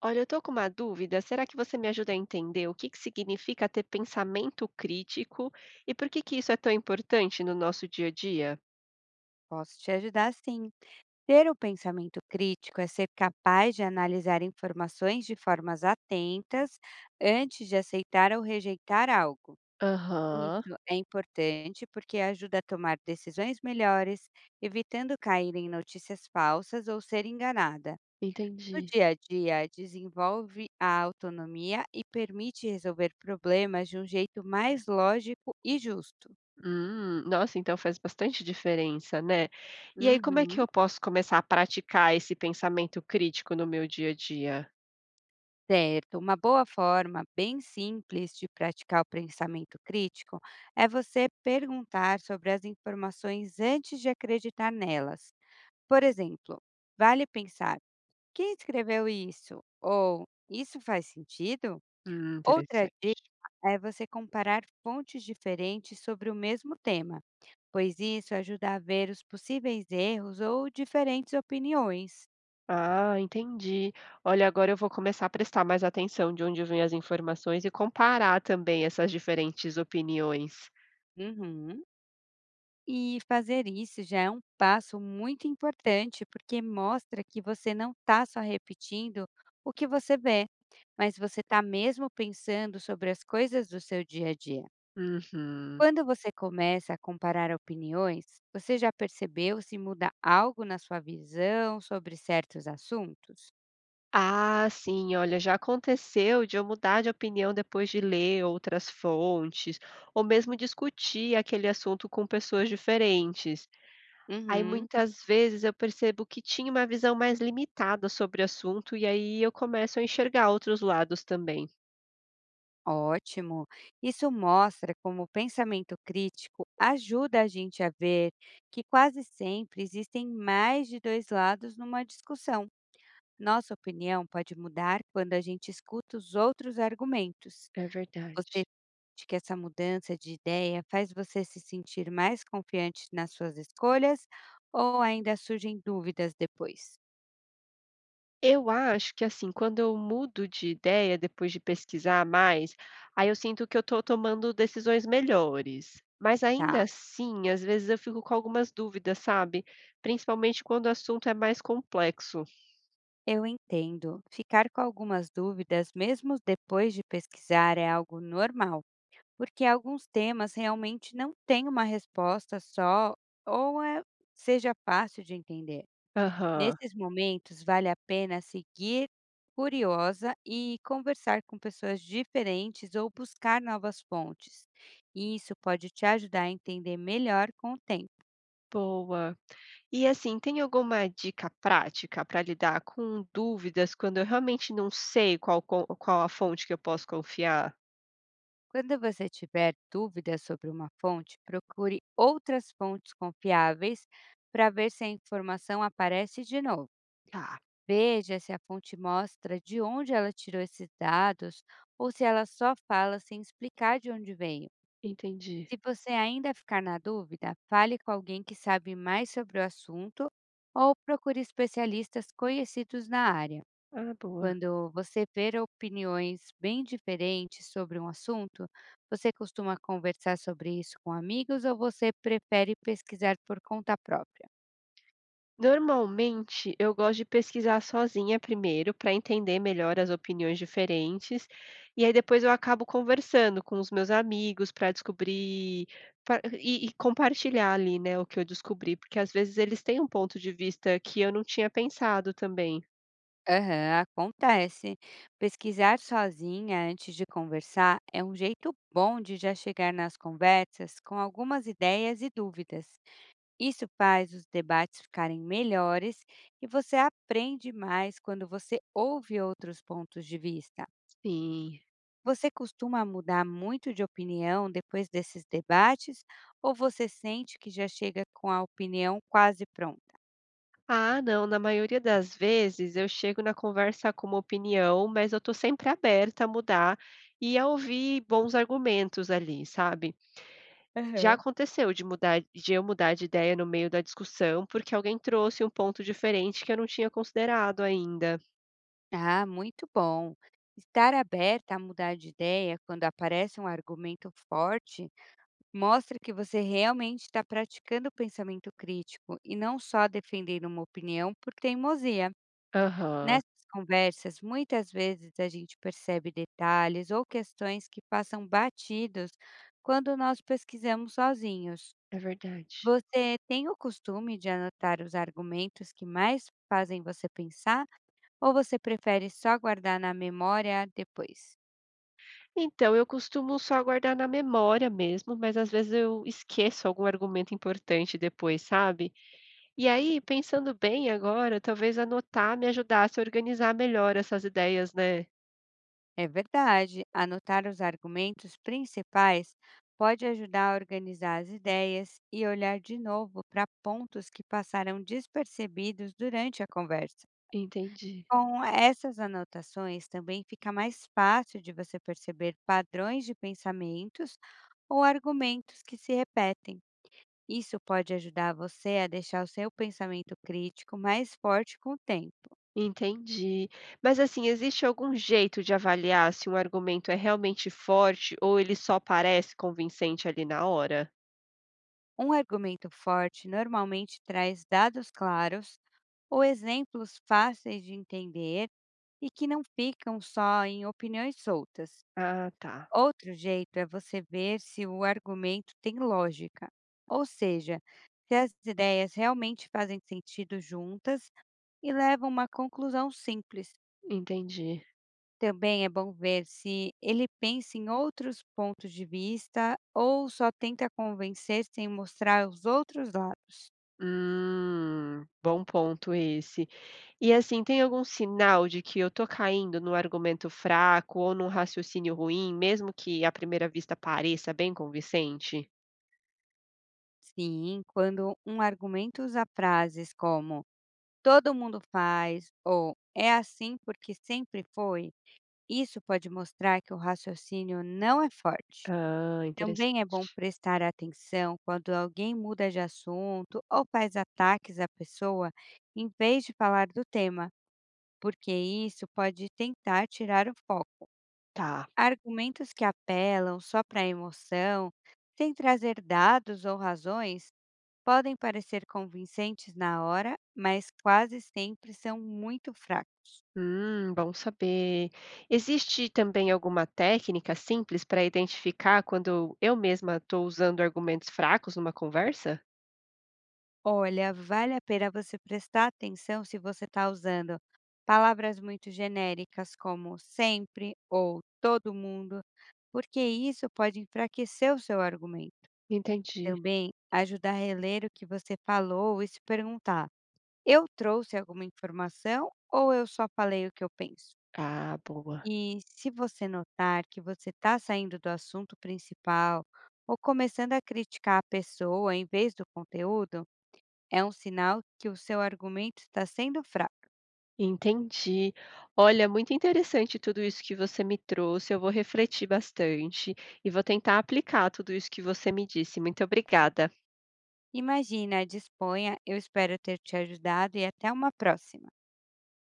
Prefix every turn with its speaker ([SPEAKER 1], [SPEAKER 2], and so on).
[SPEAKER 1] Olha, eu estou com uma dúvida. Será que você me ajuda a entender o que significa ter pensamento crítico e por que que isso é tão importante no nosso dia a dia?
[SPEAKER 2] Posso te ajudar sim. Ter o pensamento crítico é ser capaz de analisar informações de formas atentas antes de aceitar ou rejeitar algo.
[SPEAKER 1] Aham,
[SPEAKER 2] Isso é importante porque ajuda a tomar decisões melhores, evitando cair em notícias falsas ou ser enganada. No
[SPEAKER 1] entendi.
[SPEAKER 2] dia a dia, desenvolve a autonomia e permite resolver problemas de um jeito mais lógico e justo.
[SPEAKER 1] Nossa, então faz bastante diferença, né? E aí, como é que
[SPEAKER 2] Uhum.
[SPEAKER 1] eu posso começar a praticar esse pensamento crítico no meu dia a dia?
[SPEAKER 2] Certo, uma boa forma bem simples de praticar o pensamento crítico é você perguntar sobre as informações antes de acreditar nelas. Por exemplo, vale pensar: quem escreveu isso? Ou isso faz sentido? Outra dica
[SPEAKER 1] Interessante.
[SPEAKER 2] é você comparar fontes diferentes sobre o mesmo tema, pois isso ajuda a ver os possíveis erros ou diferentes opiniões.
[SPEAKER 1] Ah, entendi. Olha, agora eu vou começar a prestar mais atenção de onde vêm as informações e comparar também essas diferentes opiniões.
[SPEAKER 2] Uhum. E fazer isso já é um passo muito importante, porque mostra que você não está só repetindo o que você vê, mas você está mesmo pensando sobre as coisas do seu dia a dia.
[SPEAKER 1] Uhum.
[SPEAKER 2] Quando você começa a comparar opiniões, você já percebeu se muda algo na sua visão sobre certos assuntos?
[SPEAKER 1] Ah, sim, olha, já aconteceu de eu mudar de opinião depois de ler outras fontes, ou mesmo discutir aquele assunto com pessoas diferentes. Aí
[SPEAKER 2] Uhum.
[SPEAKER 1] muitas vezes eu percebo que tinha uma visão mais limitada sobre o assunto, e aí eu começo a enxergar outros lados também.
[SPEAKER 2] Ótimo! Isso mostra como o pensamento crítico ajuda a gente a ver que quase sempre existem mais de dois lados numa discussão. Nossa opinião pode mudar quando a gente escuta os outros argumentos.
[SPEAKER 1] É verdade.
[SPEAKER 2] Você sente que essa mudança de ideia faz você se sentir mais confiante nas suas escolhas ou ainda surgem dúvidas depois?
[SPEAKER 1] Eu acho que, assim, quando eu mudo de ideia depois de pesquisar mais, aí eu sinto que eu estou tomando decisões melhores. Mas ainda
[SPEAKER 2] Tá.
[SPEAKER 1] assim, às vezes eu fico com algumas dúvidas, sabe? Principalmente quando o assunto é mais complexo.
[SPEAKER 2] Eu entendo. Ficar com algumas dúvidas, mesmo depois de pesquisar, é algo normal. Porque alguns temas realmente não têm uma resposta só ou é, seja fácil de entender.
[SPEAKER 1] Aham,
[SPEAKER 2] Nesses momentos, vale a pena seguir curiosa e conversar com pessoas diferentes ou buscar novas fontes. E isso pode te ajudar a entender melhor com o tempo.
[SPEAKER 1] boa. E assim, tem alguma dica prática para lidar com dúvidas quando eu realmente não sei qual, qual a fonte que eu posso confiar?
[SPEAKER 2] Quando você tiver dúvidas sobre uma fonte, procure outras fontes confiáveis para ver se a informação aparece de novo.
[SPEAKER 1] Tá,
[SPEAKER 2] Veja se a fonte mostra de onde ela tirou esses dados ou se ela só fala sem explicar de onde veio.
[SPEAKER 1] entendi.
[SPEAKER 2] Se você ainda ficar na dúvida, fale com alguém que sabe mais sobre o assunto ou procure especialistas conhecidos na área.
[SPEAKER 1] Ah, boa.
[SPEAKER 2] Quando você ver opiniões bem diferentes sobre um assunto, você costuma conversar sobre isso com amigos ou você prefere pesquisar por conta própria?
[SPEAKER 1] Normalmente, eu gosto de pesquisar sozinha primeiro, para entender melhor as opiniões diferentes, e aí depois eu acabo conversando com os meus amigos para descobrir pra e compartilhar ali, né, o que eu descobri, porque às vezes eles têm um ponto de vista que eu não tinha pensado também.
[SPEAKER 2] Aham, acontece. Pesquisar sozinha antes de conversar é um jeito bom de já chegar nas conversas com algumas ideias e dúvidas. Isso faz os debates ficarem melhores e você aprende mais quando você ouve outros pontos de vista.
[SPEAKER 1] Sim.
[SPEAKER 2] Você costuma mudar muito de opinião depois desses debates ou você sente que já chega com a opinião quase pronta?
[SPEAKER 1] Ah, não, na maioria das vezes eu chego na conversa com uma opinião, mas eu tô sempre aberta a mudar e a ouvir bons argumentos ali, sabe? Já
[SPEAKER 2] Aham.
[SPEAKER 1] aconteceu de mudar de eu mudar de ideia no meio da discussão, porque alguém trouxe um ponto diferente que eu não tinha considerado ainda.
[SPEAKER 2] Ah, muito bom. Estar aberta a mudar de ideia quando aparece um argumento forte mostra que você realmente está praticando o pensamento crítico e não só defender uma opinião por teimosia.
[SPEAKER 1] Aham,
[SPEAKER 2] Nessas conversas, muitas vezes a gente percebe detalhes ou questões que passam batidos quando nós pesquisamos sozinhos.
[SPEAKER 1] é verdade.
[SPEAKER 2] Você tem o costume de anotar os argumentos que mais fazem você pensar? Ou você prefere só guardar na memória depois?
[SPEAKER 1] Então, eu costumo só guardar na memória mesmo, mas às vezes eu esqueço algum argumento importante depois, sabe? E aí, pensando bem agora, talvez anotar me ajudasse a organizar melhor essas ideias, né?
[SPEAKER 2] É verdade, anotar os argumentos principais pode ajudar a organizar as ideias e olhar de novo para pontos que passaram despercebidos durante a conversa.
[SPEAKER 1] Entendi.
[SPEAKER 2] Com essas anotações, também fica mais fácil de você perceber padrões de pensamentos ou argumentos que se repetem. Isso pode ajudar você a deixar o seu pensamento crítico mais forte com o tempo.
[SPEAKER 1] Entendi. Mas, assim, existe algum jeito de avaliar se um argumento é realmente forte ou ele só parece convincente ali na hora?
[SPEAKER 2] Um argumento forte normalmente traz dados claros ou exemplos fáceis de entender e que não ficam só em opiniões soltas.
[SPEAKER 1] Ah, tá.
[SPEAKER 2] Outro jeito é você ver se o argumento tem lógica, ou seja, se as ideias realmente fazem sentido juntas e levam a uma conclusão simples.
[SPEAKER 1] Entendi.
[SPEAKER 2] Também é bom ver se ele pensa em outros pontos de vista ou só tenta convencer sem mostrar os outros lados.
[SPEAKER 1] Bom ponto esse. E, assim, tem algum sinal de que eu tô caindo num argumento fraco ou num raciocínio ruim, mesmo que à primeira vista pareça bem convincente?
[SPEAKER 2] Sim, quando um argumento usa frases como todo mundo faz ou é assim porque sempre foi, isso pode mostrar que o raciocínio não é forte.
[SPEAKER 1] Ah, interessante.
[SPEAKER 2] Também é bom prestar atenção quando alguém muda de assunto ou faz ataques à pessoa em vez de falar do tema, porque isso pode tentar tirar o foco.
[SPEAKER 1] Tá.
[SPEAKER 2] Argumentos que apelam só para a emoção, sem trazer dados ou razões, podem parecer convincentes na hora, mas quase sempre são muito fracos.
[SPEAKER 1] Bom saber. Existe também alguma técnica simples para identificar quando eu mesma estou usando argumentos fracos numa conversa?
[SPEAKER 2] Olha, vale a pena você prestar atenção se você está usando palavras muito genéricas como sempre ou todo mundo, porque isso pode enfraquecer o seu argumento.
[SPEAKER 1] Entendi.
[SPEAKER 2] Também ajuda a reler o que você falou e se perguntar: eu trouxe alguma informação ou eu só falei o que eu penso?
[SPEAKER 1] Ah, boa.
[SPEAKER 2] E se você notar que você está saindo do assunto principal ou começando a criticar a pessoa em vez do conteúdo, é um sinal que o seu argumento está sendo fraco.
[SPEAKER 1] Entendi. Olha, muito interessante tudo isso que você me trouxe. Eu vou refletir bastante e vou tentar aplicar tudo isso que você me disse. Muito obrigada.
[SPEAKER 2] Imagina, disponha, eu espero ter te ajudado e até uma próxima.